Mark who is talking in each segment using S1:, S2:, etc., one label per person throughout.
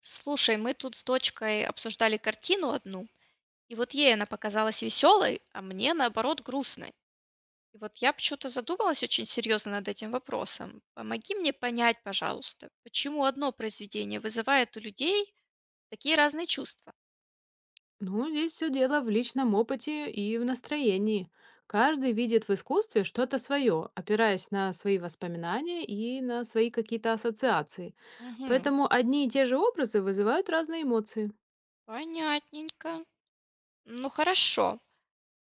S1: Слушай, мы тут с дочкой обсуждали картину одну, и вот ей она показалась веселой, а мне наоборот грустной. И вот я почему-то задумалась очень серьезно над этим вопросом. Помоги мне понять, пожалуйста, почему одно произведение вызывает у людей такие разные чувства?
S2: Ну, здесь все дело в личном опыте и в настроении. Каждый видит в искусстве что-то свое, опираясь на свои воспоминания и на свои какие-то ассоциации.
S1: Угу,
S2: Поэтому одни и те же образы вызывают разные эмоции.
S1: понятненько. Ну хорошо.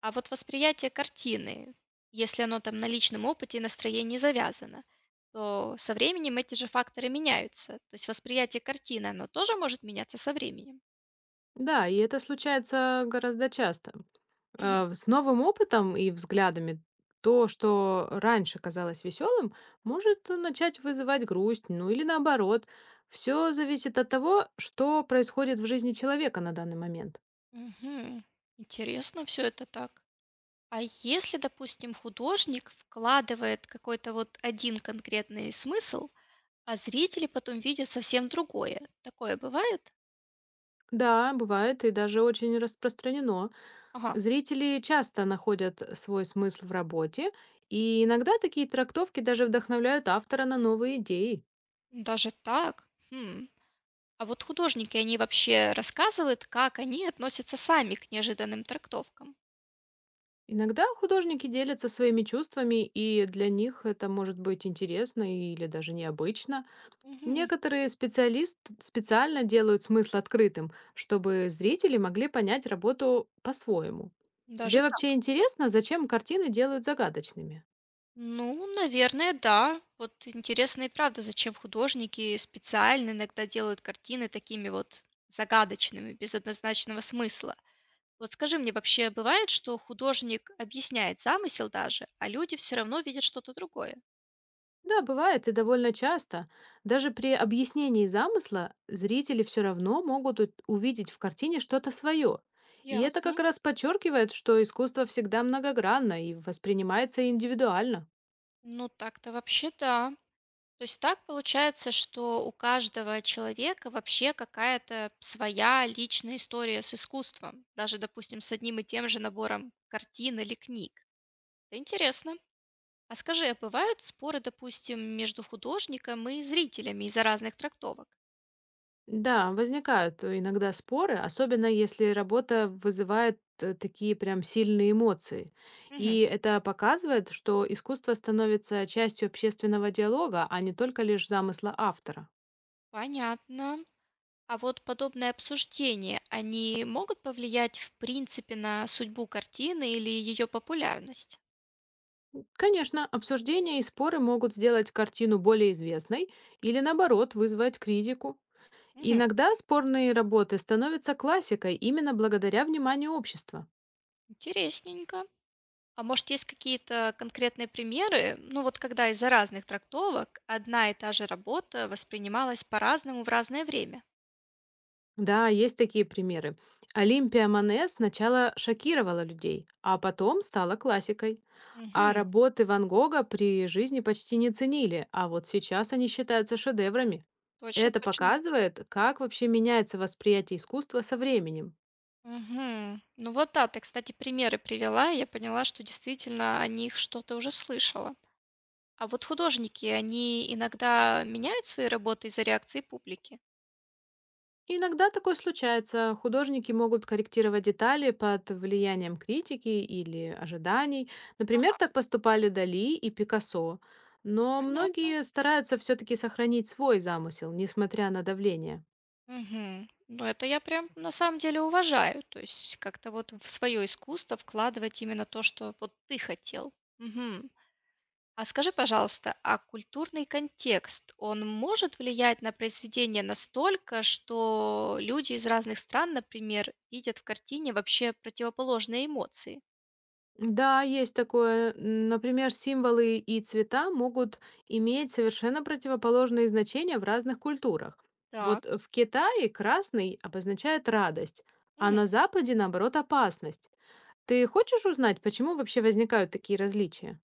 S1: А вот восприятие картины, если оно там на личном опыте и настроении завязано, то со временем эти же факторы меняются. То есть восприятие картины, оно тоже может меняться со временем.
S2: Да, и это случается гораздо часто.
S1: Мгм.
S2: С новым опытом и взглядами то, что раньше казалось веселым, может начать вызывать грусть, ну или наоборот. Все зависит от того, что происходит в жизни человека на данный момент.
S1: Мгм. Интересно все это так. А если, допустим, художник вкладывает какой-то вот один конкретный смысл, а зрители потом видят совсем другое, такое бывает?
S2: Да, бывает и даже очень распространено.
S1: Ага,
S2: Зрители часто находят свой смысл в работе, и иногда такие трактовки даже вдохновляют автора на новые идеи.
S1: даже так. Хм. А вот художники, они вообще рассказывают, как они относятся сами к неожиданным трактовкам?
S2: Иногда художники делятся своими чувствами, и для них это может быть интересно или даже необычно.
S1: Мгм.
S2: Некоторые специалисты специально делают смысл открытым, чтобы зрители могли понять работу по-своему. Тебе
S1: Даже
S2: вообще
S1: так.
S2: интересно, зачем картины делают загадочными?
S1: Ну, наверное, да. Вот интересно и правда, зачем художники специально иногда делают картины такими вот загадочными, без однозначного смысла. Вот скажи мне, вообще бывает, что художник объясняет замысел даже, а люди все равно видят что-то другое?
S2: Да, бывает и довольно часто. Даже при объяснении замысла зрители все равно могут увидеть в картине что-то свое. И это
S1: Ясно.
S2: как раз подчеркивает, что искусство всегда многогранно и воспринимается индивидуально.
S1: Ну, так-то вообще да. То есть так получается, что у каждого человека вообще какая-то своя личная история с искусством, даже, допустим, с одним и тем же набором картин или книг. Это интересно. А скажи, а бывают споры, допустим, между художником и зрителями из-за разных трактовок?
S2: Да, возникают иногда споры, особенно если работа вызывает такие прям сильные эмоции.
S1: Мгм.
S2: И это показывает, что искусство становится частью общественного диалога, а не только лишь замысла автора.
S1: Понятно. А вот подобные обсуждения, они могут повлиять, в принципе, на судьбу картины или ее популярность?
S2: Конечно, обсуждения и споры могут сделать картину более известной или, наоборот, вызвать критику.
S1: Мгм.
S2: Иногда спорные работы становятся классикой именно благодаря вниманию общества.
S1: Интересненько. А может, есть какие-то конкретные примеры? Ну вот когда из-за разных трактовок одна и та же работа воспринималась по-разному в разное время.
S2: Да, есть такие примеры. Олимпия Мане сначала шокировала людей, а потом стала классикой. А
S1: Мгм.
S2: работы Ван Гога при жизни почти не ценили, а вот сейчас они считаются шедеврами.
S1: Точно,
S2: Это
S1: точно.
S2: показывает, как вообще меняется восприятие искусства со временем.
S1: Мгм. Ну вот да, ты, кстати, примеры привела, и я поняла, что действительно о них что-то уже слышала. А вот художники, они иногда меняют свои работы из-за реакции публики.
S2: Иногда такое случается. Художники могут корректировать детали под влиянием критики или ожиданий. Например, так поступали Дали и Пикассо. Но
S1: Понятно.
S2: многие стараются все-таки сохранить свой замысел, несмотря на давление.
S1: Мгм. Ну это я прям на самом деле уважаю. То есть как-то вот в свое искусство вкладывать именно то, что вот ты хотел. Мгм. А скажи, пожалуйста, а культурный контекст, он может влиять на произведение настолько, что люди из разных стран, например, видят в картине вообще противоположные эмоции?
S2: Да, есть такое. Например, символы и цвета могут иметь совершенно противоположные значения в разных культурах.
S1: Так.
S2: Вот в Китае красный обозначает радость, а
S1: Мгм.
S2: на Западе, наоборот, опасность. Ты хочешь узнать, почему вообще возникают такие различия?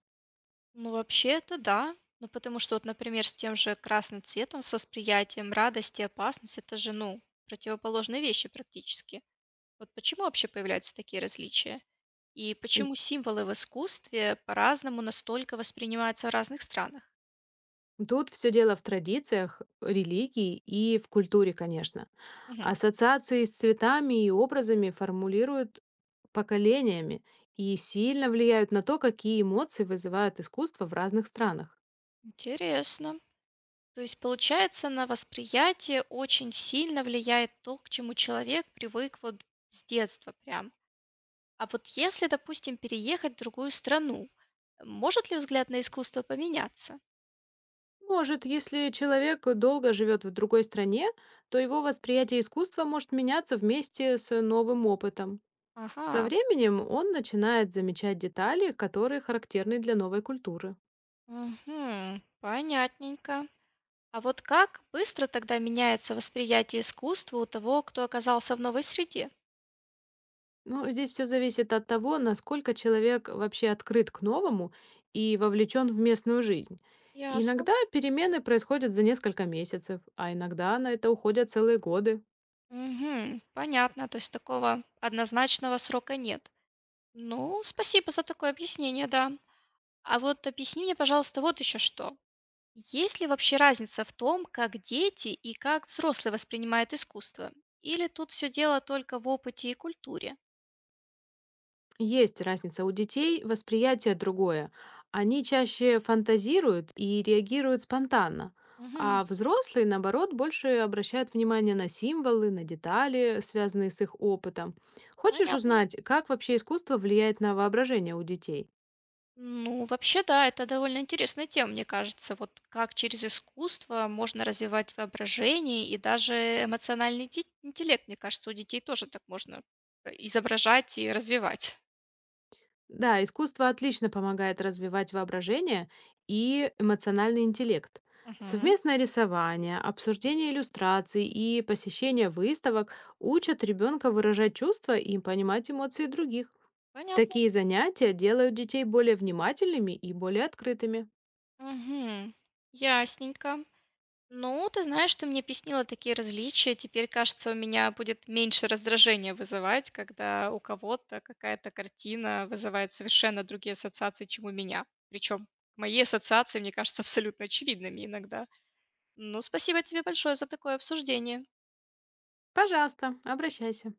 S1: Ну, вообще это да. Ну, потому что, вот, например, с тем же красным цветом, с восприятием радости, опасности, это же, ну, противоположные вещи практически. Вот почему вообще появляются такие различия? И
S2: М,
S1: почему символы в искусстве по-разному настолько воспринимаются в разных странах?
S2: Тут все дело в традициях, религии и в культуре, конечно. Ассоциации с цветами и образами формулируют поколениями и сильно влияют на то, какие эмоции вызывают искусство в разных странах.
S1: Интересно. То есть, получается, на восприятие очень сильно влияет то, к чему человек привык вот с детства прям. А вот если, допустим, переехать в другую страну, может ли взгляд на искусство поменяться?
S2: Может, если человек долго живет в другой стране, то его восприятие искусства может меняться вместе с новым опытом. Со
S1: Ага,
S2: временем он начинает замечать детали, которые характерны для новой культуры.
S1: мгм, понятненько. А вот как быстро тогда меняется восприятие искусства у того, кто оказался в новой среде?
S2: Ну, здесь все зависит от того, насколько человек вообще открыт к новому и вовлечен в местную жизнь.
S1: Ясно.
S2: Иногда перемены происходят за несколько месяцев, а иногда на это уходят целые годы.
S1: Мгм, понятно, то есть такого однозначного срока нет. Ну, спасибо за такое объяснение, да. А вот объясни мне, пожалуйста, вот еще что. Есть ли вообще разница в том, как дети и как взрослые воспринимают искусство? Или тут все дело только в опыте и культуре?
S2: Есть разница у детей, восприятие другое. Они чаще фантазируют и реагируют спонтанно,
S1: Мгм.
S2: а взрослые, наоборот, больше обращают внимание на символы, на детали, связанные с их опытом. Хочешь
S1: Понятно.
S2: узнать, как вообще искусство влияет на воображение у детей?
S1: Ну, вообще, да, это довольно интересная тема, мне кажется. Вот как через искусство можно развивать воображение и даже эмоциональный интеллект, мне кажется, у детей тоже так можно изображать и развивать.
S2: Да, искусство отлично помогает развивать воображение и эмоциональный интеллект.
S1: Мгм.
S2: Совместное рисование, обсуждение иллюстраций и посещение выставок учат ребенка выражать чувства и понимать эмоции других.
S1: Понятно.
S2: Такие занятия делают детей более внимательными и более открытыми.
S1: Угу, ясненько. Ну, ты знаешь, ты мне объяснила такие различия. Теперь, кажется, у меня будет меньше раздражения вызывать, когда у кого-то какая-то картина вызывает совершенно другие ассоциации, чем у меня. Причем мои ассоциации, мне кажется, абсолютно очевидными иногда. Ну, спасибо тебе большое за такое обсуждение.
S2: Пожалуйста, обращайся.